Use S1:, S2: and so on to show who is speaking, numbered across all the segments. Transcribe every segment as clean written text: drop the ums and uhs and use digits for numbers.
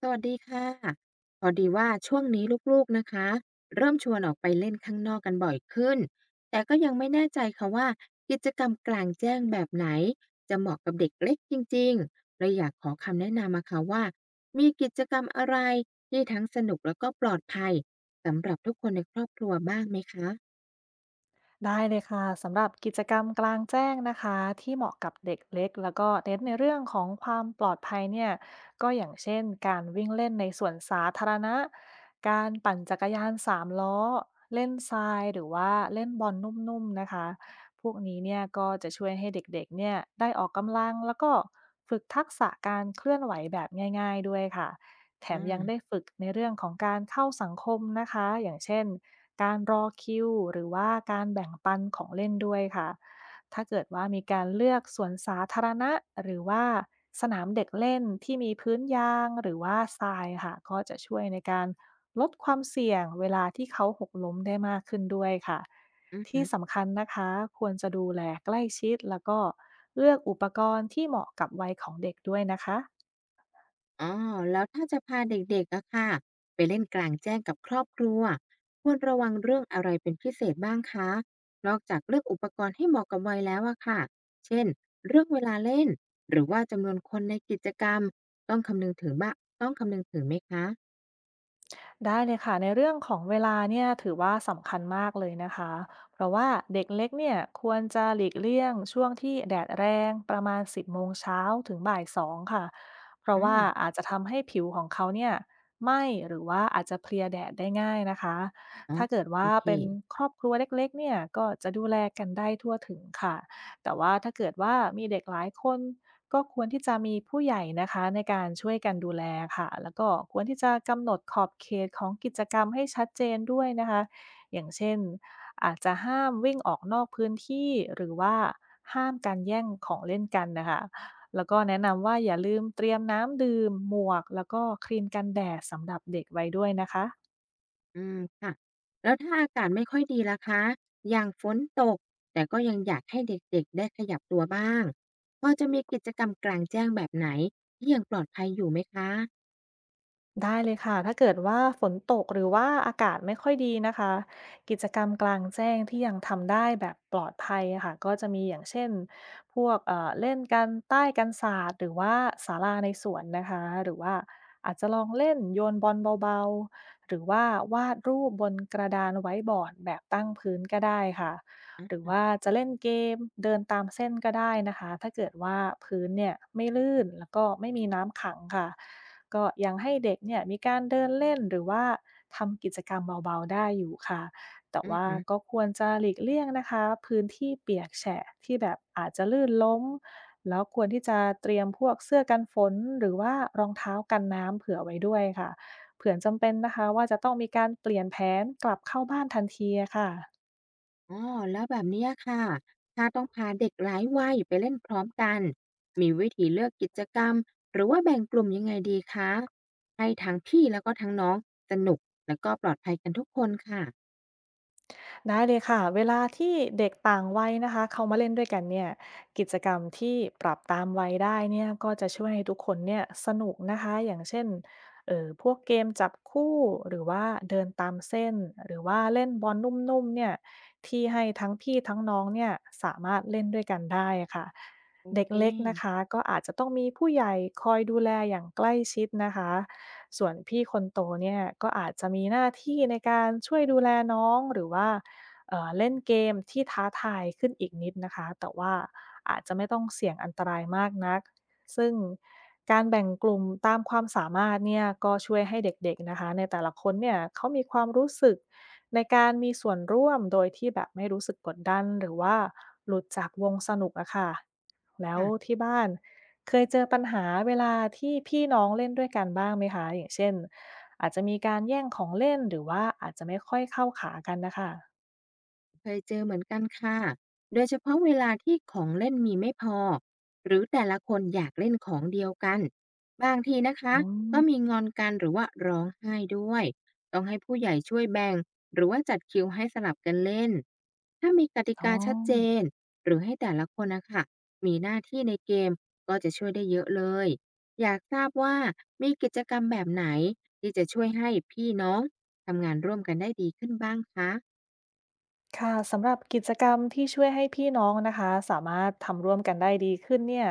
S1: สวัสดีค่ะพอดีว่าช่วงนี้ลูกๆนะคะเริ่มชวนออกไปเล่นข้างนอกกันบ่อยขึ้นแต่ก็ยังไม่แน่ใจค่ะว่ากิจกรรมกลางแจ้งแบบไหนจะเหมาะกับเด็กเล็กจริงๆเลยอยากขอคำแนะนำมาค่ะว่ามีกิจกรรมอะไรที่ทั้งสนุกแล้วก็ปลอดภัยสำหรับทุกคนในครอบครัวบ้างไหมคะ
S2: ได้เลยค่ะสำหรับกิจกรรมกลางแจ้งนะคะที่เหมาะกับเด็กเล็กแล้วก็เน้นในเรื่องของความปลอดภัยเนี่ยก็อย่างเช่นการวิ่งเล่นในสวนสาธารณะการปั่นจักรยานสามล้อเล่นทรายหรือว่าเล่นบอลนุ่มๆนะคะพวกนี้เนี่ยก็จะช่วยให้เด็กๆเนี่ยได้ออกกำลังแล้วก็ฝึกทักษะการเคลื่อนไหวแบบง่ายๆด้วยค่ะแถ
S1: อื
S2: มยังได้
S1: ม
S2: ฝึกในเรื่องของการเข้าสังคมนะคะอย่างเช่น การรอคิวหรือว่าการแบ่งปันของเล่นด้วยค่ะถ้าเกิดว่ามีการเลือกสวนสาธารณะหรือว่าสนามเด็กเล่นที่มีพื้นยางหรือว่าทรายค่ะก็จะช่วยในการลดความเสี่ยงเวลาที่เขาหกล้มได้มากขึ้นด้วยค่ะ
S1: อือ
S2: ที่
S1: ฮึ
S2: สำคัญนะคะควรจะดูแลใกล้ชิดแล้วก็เลือกอุปกรณ์ที่เหมาะกับวัยของเด็กด้วยนะคะ
S1: อ๋อแล้วถ้าจะพาเด็กๆอะค่ะไปเล่นกลางแจ้งกับครอบครัวควรระวังเรื่องอะไรเป็นพิเศษบ้างคะนอกจากเลือกอุปกรณ์ให้เหมาะกับวัยแล้วอะค่ะ เช่นเรื่องเวลาเล่น หรือว่าจำนวนคนในกิจกรรม ต้องคำนึงถึงบ้างต้องคำนึงถึงไหมคะ
S2: ได้เลยค่ะในเรื่องของเวลาเนี่ยถือว่าสำคัญมากเลยนะคะเพราะว่าเด็กเล็กเนี่ยควรจะหลีกเลี่ยงช่วงที่แดดแรงประมาณ10โมงเช้าถึงบ่ายสองค่ะเพราะ
S1: อื
S2: ว่า
S1: ม
S2: อาจจะทำให้ผิวของเขาเนี่ยไหม้หรือว่าอาจจะเพลียแดดได้ง่ายนะคะ
S1: อ๋อ
S2: ถ้าเกิด
S1: โอ
S2: ว่า
S1: เค
S2: เป็นครอบครัวเล็กๆเนี่ยก็จะดูแลกันได้ทั่วถึงค่ะ แต่ว่าถ้าเกิดว่ามีเด็กหลายคนก็ควรที่จะมีผู้ใหญ่นะคะในการช่วยกันดูแลค่ะแล้วก็ควรที่จะกำหนดขอบเขตของกิจกรรมให้ชัดเจนด้วยนะคะอย่างเช่นอาจจะห้ามวิ่งออกนอกพื้นที่หรือว่าห้ามการแย่งของเล่นกันนะคะแล้วก็แนะนำว่าอย่าลืมเตรียมน้ำดื่มหมวกแล้วก็ครีมกันแดดสำหรับเด็กไว้ด้วยนะคะ
S1: อืมค่ะแล้วถ้าอากาศไม่ค่อยดีล่ะคะอย่างฝนตกแต่ก็ยังอยากให้เด็กๆได้ขยับตัวบ้างพอจะมีกิจกรรมกลางแจ้งแบบไหนที่ยังปลอดภัยอยู่ไหมคะ
S2: ได้เลยค่ะ ถ้าเกิดว่าฝนตกหรือว่าอากาศไม่ค่อยดีนะคะ กิจกรรมกลางแจ้งที่ยังทำได้แบบปลอดภัยอะค่ะก็จะมีอย่างเช่นพวกเล่นกันใต้กันศาสตร์หรือว่าศาลาในสวนนะคะหรือว่าอาจจะลองเล่นโยนบอลเบาๆหรือว่าวาดรูปบนกระดานไว้บอร์ดแบบตั้งพื้นก็ได้ค่ะ
S1: อ
S2: หรือ
S1: ือ
S2: ว่า
S1: อ
S2: จะเล่นเกมเดินตามเส้นก็ได้นะคะถ้าเกิดว่าพื้นเนี่ยไม่ลื่นแล้วก็ไม่มีน้ำขังค่ะก็ยังให้เด็กเนี่ยมีการเดินเล่นหรือว่าทำกิจกรรมเบาๆได้อยู่ค่ะแต่
S1: ห
S2: ว่า
S1: ือ
S2: ก็ควรจะหลีกเลี่ยงนะคะพื้นที่เปียกแฉะที่แบบอาจจะลื่นล้มแล้วควรที่จะเตรียมพวกเสื้อกันฝนหรือว่ารองเท้ากันน้ำเผื่อไว้ด้วยค่ะเผื่อจำเป็นนะคะว่าจะต้องมีการเปลี่ยนแผนกลับเข้าบ้านทันทีอะค่ะ
S1: อ๋อแล้วแบบเนี้ยค่ะถ้าต้องพาเด็กหลายวัยไปเล่นพร้อมกันมีวิธีเลือกกิจกรรมหรือว่าแบ่งกลุ่มยังไงดีคะให้ทั้งพี่แล้วก็ทั้งน้องสนุกแล้วก็ปลอดภัยกันทุกคนค่ะ
S2: ได้เลยค่ะเวลาที่เด็กต่างวัยนะคะเขามาเล่นด้วยกันเนี่ยกิจกรรมที่ปรับตามวัยได้เนี่ยก็จะช่วยให้ทุกคนเนี่ยสนุกนะคะอย่างเช่นพวกเกมจับคู่หรือว่าเดินตามเส้นหรือว่าเล่นบอลนุ่มๆเนี่ยที่ให้ทั้งพี่ทั้งน้องเนี่ยสามารถเล่นด้วยกันได้ค่ะ
S1: โอ
S2: เด็ก
S1: เค
S2: เล็กนะคะก็อาจจะต้องมีผู้ใหญ่คอยดูแลอย่างใกล้ชิดนะคะส่วนพี่คนโตเนี่ยก็อาจจะมีหน้าที่ในการช่วยดูแลน้องหรือว่า เล่นเกมที่ท้าทายขึ้นอีกนิดนะคะ แต่ว่าอาจจะไม่ต้องเสี่ยงอันตรายมากนักซึ่งการแบ่งกลุ่มตามความสามารถเนี่ยก็ช่วยให้เด็กๆนะคะในแต่ละคนเนี่ยเขามีความรู้สึกในการมีส่วนร่วมโดยที่แบบไม่รู้สึกกดดันหรือว่าหลุดจากวงสนุกอะค่ะแล้ว
S1: ค่ะ
S2: ที่บ้านเคยเจอปัญหาเวลาที่พี่น้องเล่นด้วยกันบ้างไหมคะอย่างเช่นอาจจะมีการแย่งของเล่นหรือว่าอาจจะไม่ค่อยเข้าขากันนะคะ
S1: เคยเจอเหมือนกันค่ะโดยเฉพาะเวลาที่ของเล่นมีไม่พอหรือแต่ละคนอยากเล่นของเดียวกันบางทีนะคะ
S2: อื
S1: ก็มี
S2: ม
S1: งอนกันหรือว่าร้องไห้ด้วยต้องให้ผู้ใหญ่ช่วยแบ่งหรือว่าจัดคิวให้สลับกันเล่นถ้ามีกติ
S2: อ๋อ
S1: กาชัดเจ
S2: ม
S1: นหรือให้แต่ละคนนะคะมีหน้าที่ในเกมก็จะช่วยได้เยอะเลยอยากทราบว่ามีกิจกรรมแบบไหนที่จะช่วยให้พี่น้องทำงานร่วมกันได้ดีขึ้นบ้างคะ
S2: ค่ะสำหรับกิจกรรมที่ช่วยให้พี่น้องนะคะสามารถทำร่วมกันได้ดีขึ้นเนี่ย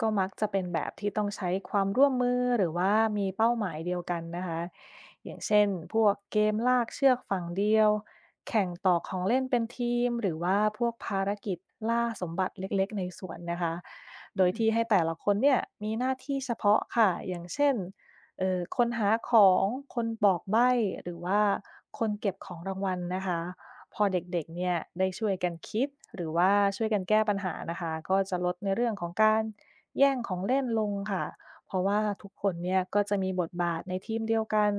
S2: ก็มักจะเป็นแบบที่ต้องใช้ความร่วมมือหรือว่ามีเป้าหมายเดียวกันนะคะอย่างเช่นพวกเกมลากเชือกฝั่งเดียวแข่งต่อของเล่นเป็นทีมหรือว่าพวกภารกิจล่าสมบัติเล็กๆในสวนนะคะโด
S1: อื
S2: ยที่
S1: ม
S2: ให้แต่ละคนเนี่ยมีหน้าที่เฉพาะค่ะอย่างเช่นคนหาของคนบอกใบ้หรือว่าคนเก็บของรางวัลนะคะ พอเด็กๆเนี่ยได้ช่วยกันคิดหรือว่าช่วยกันแก้ปัญหานะคะก็จะลดในเรื่องของการแย่งของเล่นลงค่ะเพราะว่าทุกคนเนี่ยก็จะมีบทบาทในทีมเดียวกัน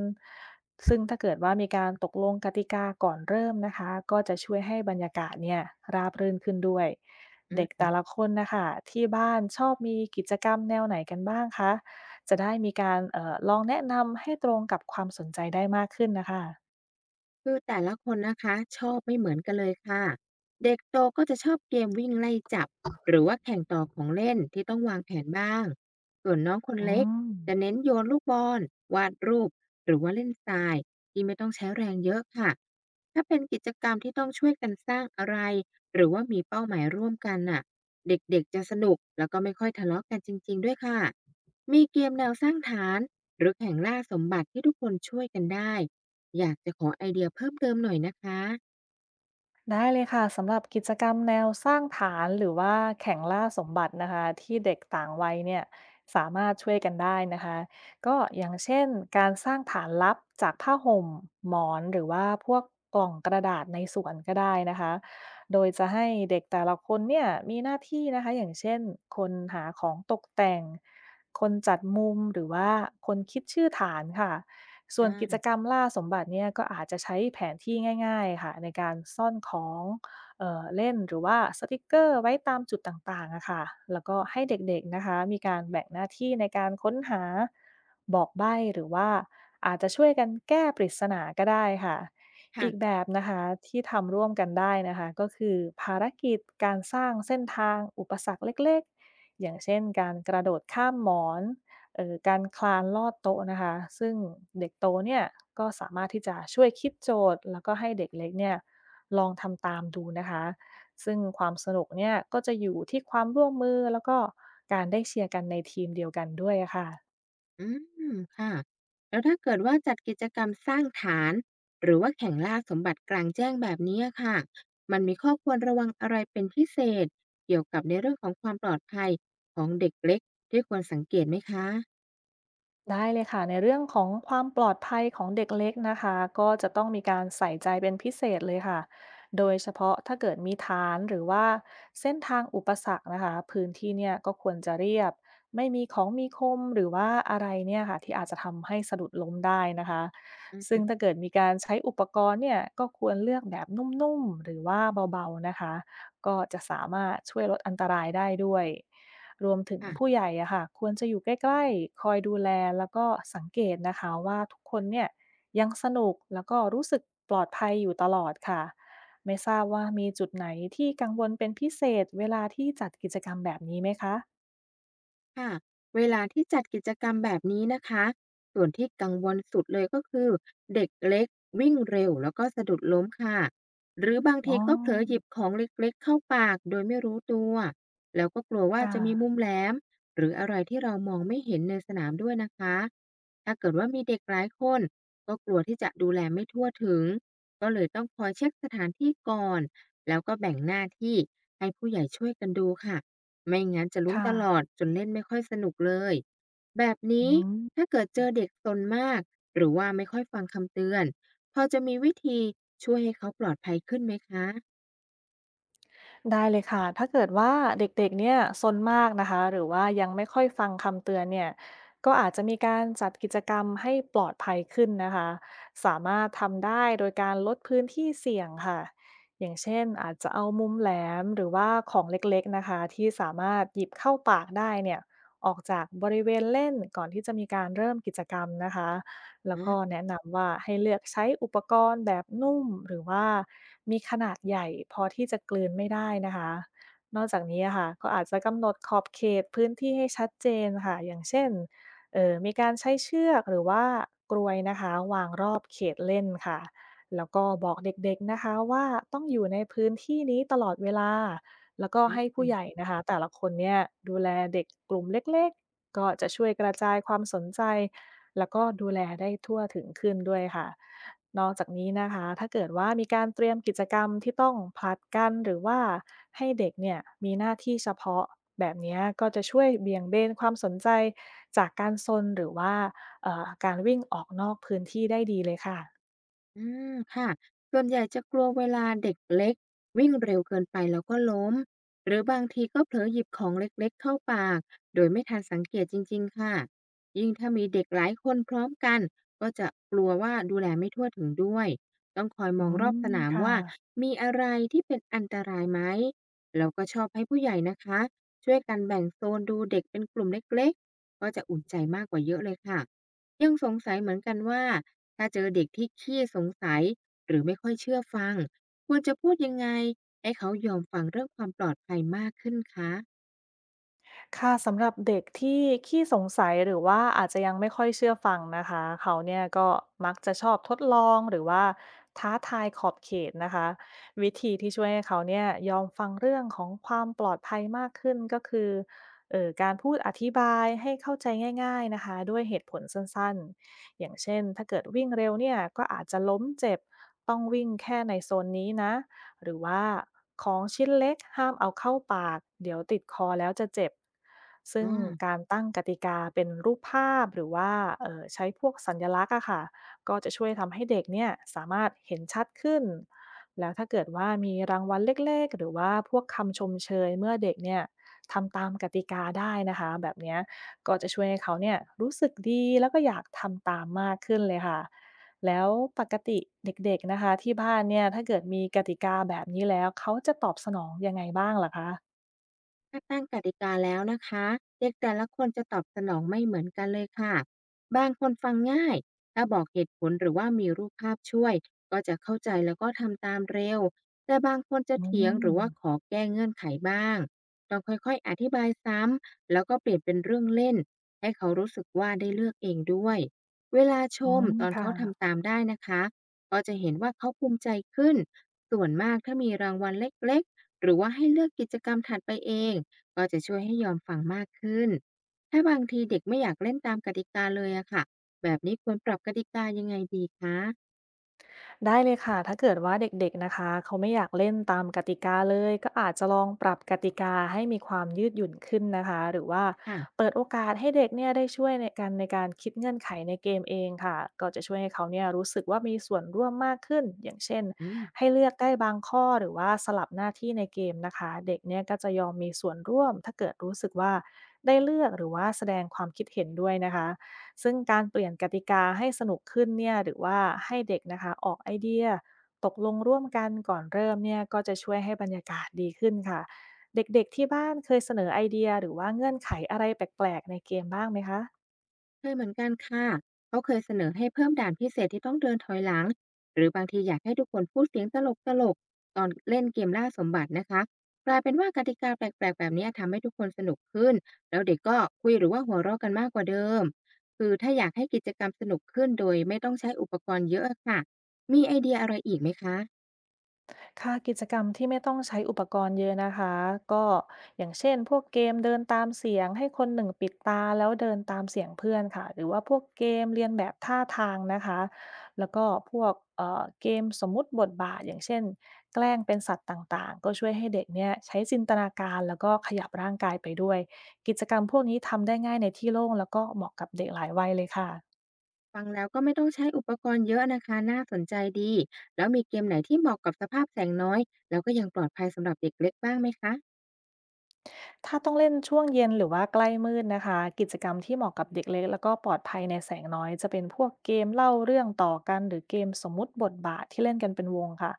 S2: ซึ่งถ้าเกิดว่ามีการตกลงกติกาก่อนเริ่มนะคะก็จะช่วยให้บรรยากาศเนี่ยราบรื่นขึ้นด้วย
S1: อื
S2: เด็กแต่
S1: ม
S2: ละคนนะคะที่บ้านชอบมีกิจกรรมแนวไหนกันบ้างคะจะได้มีการลองแนะนำให้ตรงกับความสนใจได้มากขึ้นนะคะ
S1: คือแต่ละคนนะคะชอบไม่เหมือนกันเลยค่ะเด็กโตก็จะชอบเกมวิ่งไล่จับหรือว่าแข่งต่อของเล่นที่ต้องวางแผนบ้างส่วนน้องคน
S2: อื
S1: เล็ก
S2: ม
S1: จะเน้นโยนลูกบอลวาดรูปหรือว่าเล่นทรายที่ไม่ต้องใช้แรงเยอะค่ะถ้าเป็นกิจกรรมที่ต้องช่วยกันสร้างอะไรหรือว่ามีเป้าหมายร่วมกันน่ะเด็กๆจะสนุกแล้วก็ไม่ค่อยทะเลาะกันจริงๆด้วยค่ะมีเกมแนวสร้างฐานหรือแข่งล่าสมบัติที่ทุกคนช่วยกันได้ อยากจะขอไอเดียเพิ่มเติมหน่อยนะคะ
S2: ได้เลยค่ะสำหรับกิจกรรมแนวสร้างฐานหรือว่าแข่งล่าสมบัตินะคะที่เด็กต่างวัยเนี่ยสามารถช่วยกันได้นะคะก็อย่างเช่นการสร้างฐานลับจากผ้าห่มหมอนหรือว่าพวกกล่องกระดาษในสวนก็ได้นะคะโดยจะให้เด็กแต่ละคนเนี่ยมีหน้าที่นะคะอย่างเช่นคนหาของตกแต่งคนจัดมุมหรือว่าคนคิดชื่อฐานค่ะ ส่วนกิจก
S1: อา
S2: รรมล่าสมบัติเนี่ยก็อาจจะใช้แผนที่ง่ายๆค่ะในการซ่อนของเล่นหรือว่าสติกเกอร์ไว้ตามจุดต่างๆอะค่ะแล้วก็ให้เด็กๆนะคะมีการแบ่งหน้าที่ในการค้นหาบอกใบ้หรือว่าอาจจะช่วยกันแก้ปริศนาก็ได้ค่ะอีกแบ
S1: ค่ะ
S2: บนะคะที่ทำร่วมกันได้นะคะก็คือภารกิจการสร้างเส้นทางอุปสรรคเล็กๆอย่างเช่นการกระโดดข้ามหมอน การคลานลอดโต๊ะนะคะ ซึ่งเด็กโตเนี่ยก็สามารถที่จะช่วยคิดโจทย์แล้วก็ให้เด็กเล็กเนี่ยลองทำตามดูนะคะ ซึ่งความสนุกเนี่ยก็จะอยู่ที่ความร่วมมือแล้วก็การได้เชียร์กันในทีมเดียวกันด้วยอะค่ะ
S1: อืมค่ะ แล้วถ้าเกิดว่าจัดกิจกรรมสร้างฐาน หรือว่าแข่งล่าสมบัติกลางแจ้งแบบนี้อะค่ะ มันมีข้อควรระวังอะไรเป็นพิเศษ เกี่ยวกับในเรื่องของความปลอดภัยของเด็กเล็กที่ควรสังเกตไหมคะ
S2: ได้เลยค่ะในเรื่องของความปลอดภัยของเด็กเล็กนะคะก็จะต้องมีการใส่ใจเป็นพิเศษเลยค่ะโดยเฉพาะถ้าเกิดมีฐานหรือว่าเส้นทางอุปสรรคนะคะพื้นที่เนี่ยก็ควรจะเรียบไม่มีของมีคมหรือว่าอะไรเนี่ยค่ะที่อาจจะทำให้สะดุดล้มได้นะคะ
S1: อือ
S2: ซึ่
S1: ฮึ
S2: งถ้าเกิดมีการใช้อุปกรณ์เนี่ยก็ควรเลือกแบบนุ่มๆหรือว่าเบาๆนะคะ ก็จะสามารถช่วยลดอันตรายได้ด้วย รวมถึงผู้
S1: ค่ะ
S2: ใหญ่อะค่ะควรจะอยู่ใกล้ๆ คอยดูแลแล้วก็สังเกตนะคะว่าทุกคนเนี่ยยังสนุกแล้วก็รู้สึกปลอดภัยอยู่ตลอดค่ะ ไม่ทราบว่ามีจุดไหนที่กังวลเป็นพิเศษเวลาที่จัดกิจกรรมแบบนี้ไหมคะ
S1: ค่ะเวลาที่จัดกิจกรรมแบบนี้นะคะส่วนที่กังวลสุดเลยก็คือเด็กเล็กวิ่งเร็วแล้วก็สะดุดล้มค่ะหรือบาง
S2: อ๋
S1: ทีก็เผลอหยิ
S2: อ
S1: บของเล็กๆเข้าปากโดยไม่รู้ตัวแล้วก็กลัวว่า
S2: ค่ะ
S1: จะมีมุมแหลมหรืออะไรที่เรามองไม่เห็นในสนามด้วยนะคะถ้าเกิดว่ามีเด็กหลายคนก็กลัวที่จะดูแลไม่ทั่วถึงก็เลยต้องคอยเช็คสถานที่ก่อนแล้วก็แบ่งหน้าที่ให้ผู้ใหญ่ช่วยกันดูค่ะ ไม่งั้นจะลุ้น
S2: ค่ะ
S1: ตลอดจนเล่นไม่ค่อยสนุกเลยแบบนี้
S2: อืม
S1: ถ้าเกิดเจอเด็กซนมากหรือว่าไม่ค่อยฟังคำเตือนพอจะมีวิธีช่วยให้เขาปลอดภัยขึ้นไหมคะ
S2: ได้เลยค่ะถ้าเกิดว่าเด็กๆเนี่ยซนมากนะคะหรือว่ายังไม่ค่อยฟังคำเตือนเนี่ยก็อาจจะมีการจัดกิจกรรมให้ปลอดภัยขึ้นนะคะสามารถทำได้โดยการลดพื้นที่เสี่ยงค่ะอย่างเช่นอาจจะเอามุมแหลมหรือว่าของเล็กๆนะคะที่สามารถหยิบเข้าปากได้เนี่ยออกจากบริเวณเล่นก่อนที่จะมีการเริ่มกิจกรรมนะคะ แล้ว
S1: อา
S2: ก็แนะนำว่าให้เลือกใช้อุปกรณ์แบบนุ่มหรือว่ามีขนาดใหญ่พอที่จะกลืนไม่ได้นะคะนอกจากนี้อะค่ะก็อาจจะกำหนดขอบเขตพื้นที่ให้ชัดเจนค่ะอย่างเช่นมีการใช้เชือกหรือว่ากรวยนะคะวางรอบเขตเล่นค่ะแล้วก็บอกเด็กๆนะคะว่าต้องอยู่ในพื้นที่นี้ตลอดเวลาแล้วก็ให้ผู้ใหญ่นะคะแต่ละคนเนี่ยดูแลเด็กกลุ่มเล็กๆ ก็จะช่วยกระจายความสนใจแล้วก็ดูแลได้ทั่วถึงขึ้นด้วยค่ะ นอกจากนี้นะคะถ้าเกิดว่ามีการเตรียมกิจกรรมที่ต้องผลัดกันหรือว่าให้เด็กเนี่ยมีหน้าที่เฉพาะแบบเนี้ยก็จะช่วยเบี่ยงเบนความสนใจจากการซนหรือว่าการวิ่งออกนอกพื้นที่ได้ดีเลยค่ะ
S1: อืมค่ะส่วนใหญ่จะกลัวเวลาเด็กเล็กวิ่งเร็วเกินไปแล้วก็ล้มหรือบางทีก็เผลอหยิบของเล็กๆเข้าปากโดยไม่ทันสังเกตจริงๆค่ะยิ่งถ้ามีเด็กหลายคนพร้อมกันก็จะกลัวว่าดูแลไม่ทั่วถึงด้วยต้องคอยม
S2: อื
S1: องรอบส
S2: ม
S1: นาม
S2: ค่ะ
S1: ว่ามีอะไรที่เป็นอันตรายไหมแล้วก็ชอบให้ผู้ใหญ่นะคะช่วยกันแบ่งโซนดูเด็กเป็นกลุ่มเล็กๆก็จะอุ่นใจมากกว่าเยอะเลยค่ะยังสงสัยเหมือนกันว่า ถ้าเจอเด็กที่ขี้สงสัยหรือไม่ค่อยเชื่อฟังควรจะพูดยังไงให้เขายอมฟังเรื่องความปลอดภัยมากขึ้นคะ
S2: ค่ะสำหรับเด็กที่ขี้สงสัยหรือว่าอาจจะยังไม่ค่อยเชื่อฟังนะคะเขาเนี่ยก็มักจะชอบทดลองหรือว่าท้าทายขอบเขตนะคะวิธีที่ช่วยให้เขาเนี่ยยอมฟังเรื่องของความปลอดภัยมากขึ้นก็คือการพูดอธิบายให้เข้าใจง่ายๆนะคะด้วยเหตุผลสั้นๆอย่างเช่นถ้าเกิดวิ่งเร็วเนี่ยก็อาจจะล้มเจ็บต้องวิ่งแค่ในโซนนี้นะ หรือว่าของชิ้นเล็กห้ามเอาเข้าปากเดี๋ยวติดคอแล้วจะเจ็บซึ่งกา
S1: อา
S2: รตั้งกติกาเป็นรูปภาพหรือว่าใช้พวกสัญลักษณ์อะค่ะก็จะช่วยทำให้เด็กเนี่ยสามารถเห็นชัดขึ้นแล้วถ้าเกิดว่ามีรางวัลเล็กๆหรือว่าพวกคำชมเชยเมื่อเด็กเนี่ยทำตามกติกาได้นะคะแบบเนี้ยก็จะช่วยให้เขาเนี่ยรู้สึกดีแล้วก็อยากทำตามมากขึ้นเลยค่ะ แล้วปกติเด็กๆนะคะที่บ้านเนี่ยถ้าเกิดมีกติกาแบบนี้แล้วเขาจะตอบสนองยังไงบ้างลหรอคะ
S1: ถ้าตั้งกติกาแล้วนะคะเด็กแต่ละคนจะตอบสนองไม่เหมือนกันเลยค่ะบางคนฟังง่ายถ้าบอกเหตุผลหรือว่ามีรูปภาพช่วยก็จะเข้าใจแล้วก็ทำตามเร็วแต่บางคนจะ
S2: อื
S1: เถียงหรือ
S2: ม
S1: ว่าขอแก้เงื่อนไขบ้างต้องค่อยๆอธิบายซ้ำแล้วก็เปลี่ยนเป็นเรื่องเล่นให้เขารู้สึกว่าได้เลือกเองด้วยเวลาช
S2: อื
S1: ม
S2: ม
S1: ตอนเขา
S2: ค่ะ
S1: ทำตามได้นะคะก็จะเห็นว่าเขาภูมิใจขึ้นส่วนมากถ้ามีรางวัลเล็กๆหรือว่าให้เลือกกิจกรรมถัดไปเอง ก็จะช่วยให้ยอมฟังมากขึ้น ถ้าบางทีเด็กไม่อยากเล่นตามกติกาเลยอะค่ะแบบนี้ควรปรับกติกายังไงดีคะ
S2: ได้เลยค่ะถ้าเกิดว่าเด็กๆนะคะเขาไม่อยากเล่นตามกติกาเลยก็อาจจะลองปรับกติกาให้มีความยืดหยุ่นขึ้นนะคะหรือว่า
S1: ค่ะ
S2: เปิดโอกาสให้เด็กเนี่ยได้ช่วยในการคิดเงื่อนไขในเกมเองค่ะก็จะช่วยให้เขาเนี่ยรู้สึกว่ามีส่วนร่วมมากขึ้นอย่างเช่น
S1: อืม
S2: ให้เลือกได้บางข้อหรือว่าสลับหน้าที่ในเกมนะคะเด็กเนี่ยก็จะยอมมีส่วนร่วมถ้าเกิดรู้สึกว่าได้เลือกหรือว่าแสดงความคิดเห็นด้วยนะคะ ซึ่งการเปลี่ยนกติกาให้สนุกขึ้นเนี่ยหรือว่าให้เด็กนะคะออกไอเดียตกลงร่วมกันก่อนเริ่มเนี่ยก็จะช่วยให้บรรยากาศดีขึ้นค่ะเด็กๆที่บ้านเคยเสนอไอเดียหรือว่าเงื่อนไขอะไรแปลกๆในเกมบ้างไหมคะ
S1: เคยเหมือนกันค่ะเขาเคยเสนอให้เพิ่มด่านพิเศษที่ต้องเดินถอยหลังหรือบางทีอยากให้ทุกคนพูดเสียงตลกตลกตอนเล่นเกมล่าสมบัตินะคะกลายเป็นว่ากติกาแปลกๆแบบนี้ทำให้ทุกคนสนุกขึ้นแล้วเด็กก็คุยหรือว่าหัวเราะกันมากกว่าเดิมคือถ้าอยากให้กิจกรรมสนุกขึ้นโดยไม่ต้องใช้อุปกรณ์เยอะอะค่ะมีไอเดียอะไรอีกไหมคะ
S2: ค่ะกิจกรรมที่ไม่ต้องใช้อุปกรณ์เยอะนะคะก็อย่างเช่นพวกเกมเดินตามเสียงให้คนหนึ่งปิดตาแล้วเดินตามเสียงเพื่อนค่ะหรือว่าพวกเกมเรียนแบบท่าทางนะคะแล้วก็พวกเกมสมมุติบทบาทอย่างเช่นแกล้งเป็นสัตว์ต่างๆก็ช่วยให้เด็กเนี่ยใช้จินตนาการแล้วก็ขยับร่างกายไปด้วยกิจกรรมพวกนี้ทำได้ง่ายในที่โล่งแล้วก็เหมาะกับเด็กหลายวัยเลยค่ะ
S1: ฟังแล้วก็ไม่ต้องใช้อุปกรณ์เยอะนะคะน่าสนใจดี แล้วมีเกมไหนที่เหมาะกับสภาพแสงน้อย แล้วก็ยังปลอดภัยสำหรับเด็กเล็กบ้างไหมคะ
S2: ถ้าต้องเล่นช่วงเย็นหรือว่าใกล้มืดนะคะกิจกรรมที่เหมาะกับเด็กเล็กแล้วก็ปลอดภัยในแสงน้อยจะเป็นพวกเกมเล่าเรื่องต่อกันหรือเกมสมมุติบทบาทที่เล่นกันเป็นวงค่ะ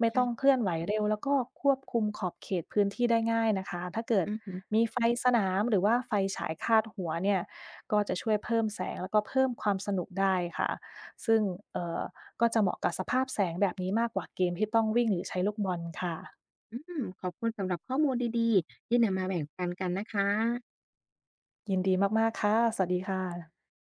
S2: ไม่ต้องเค
S1: ค่ะ
S2: ลื่อนไหวเร็วแล้วก็ควบคุมขอบเขตพื้นที่ได้ง่ายนะคะถ้าเกิด
S1: อือฮึอ
S2: มีไฟสนามหรือว่าไฟฉายคาดหัวเนี่ยก็จะช่วยเพิ่มแสงแล้วก็เพิ่มความสนุกได้ค่ะซึ่งเอ่อก็จะเหมาะกับสภาพแสงแบบนี้มากกว่าเกมที่ต้องวิ่งหรือใช้ลูกบอลค่ะ
S1: อืมขอบคุณสำหรับข้อมูลดีๆที่นำมาแบ่งปันกันนะคะ
S2: ยินดีมากๆค่ะสวัสดีค่ะ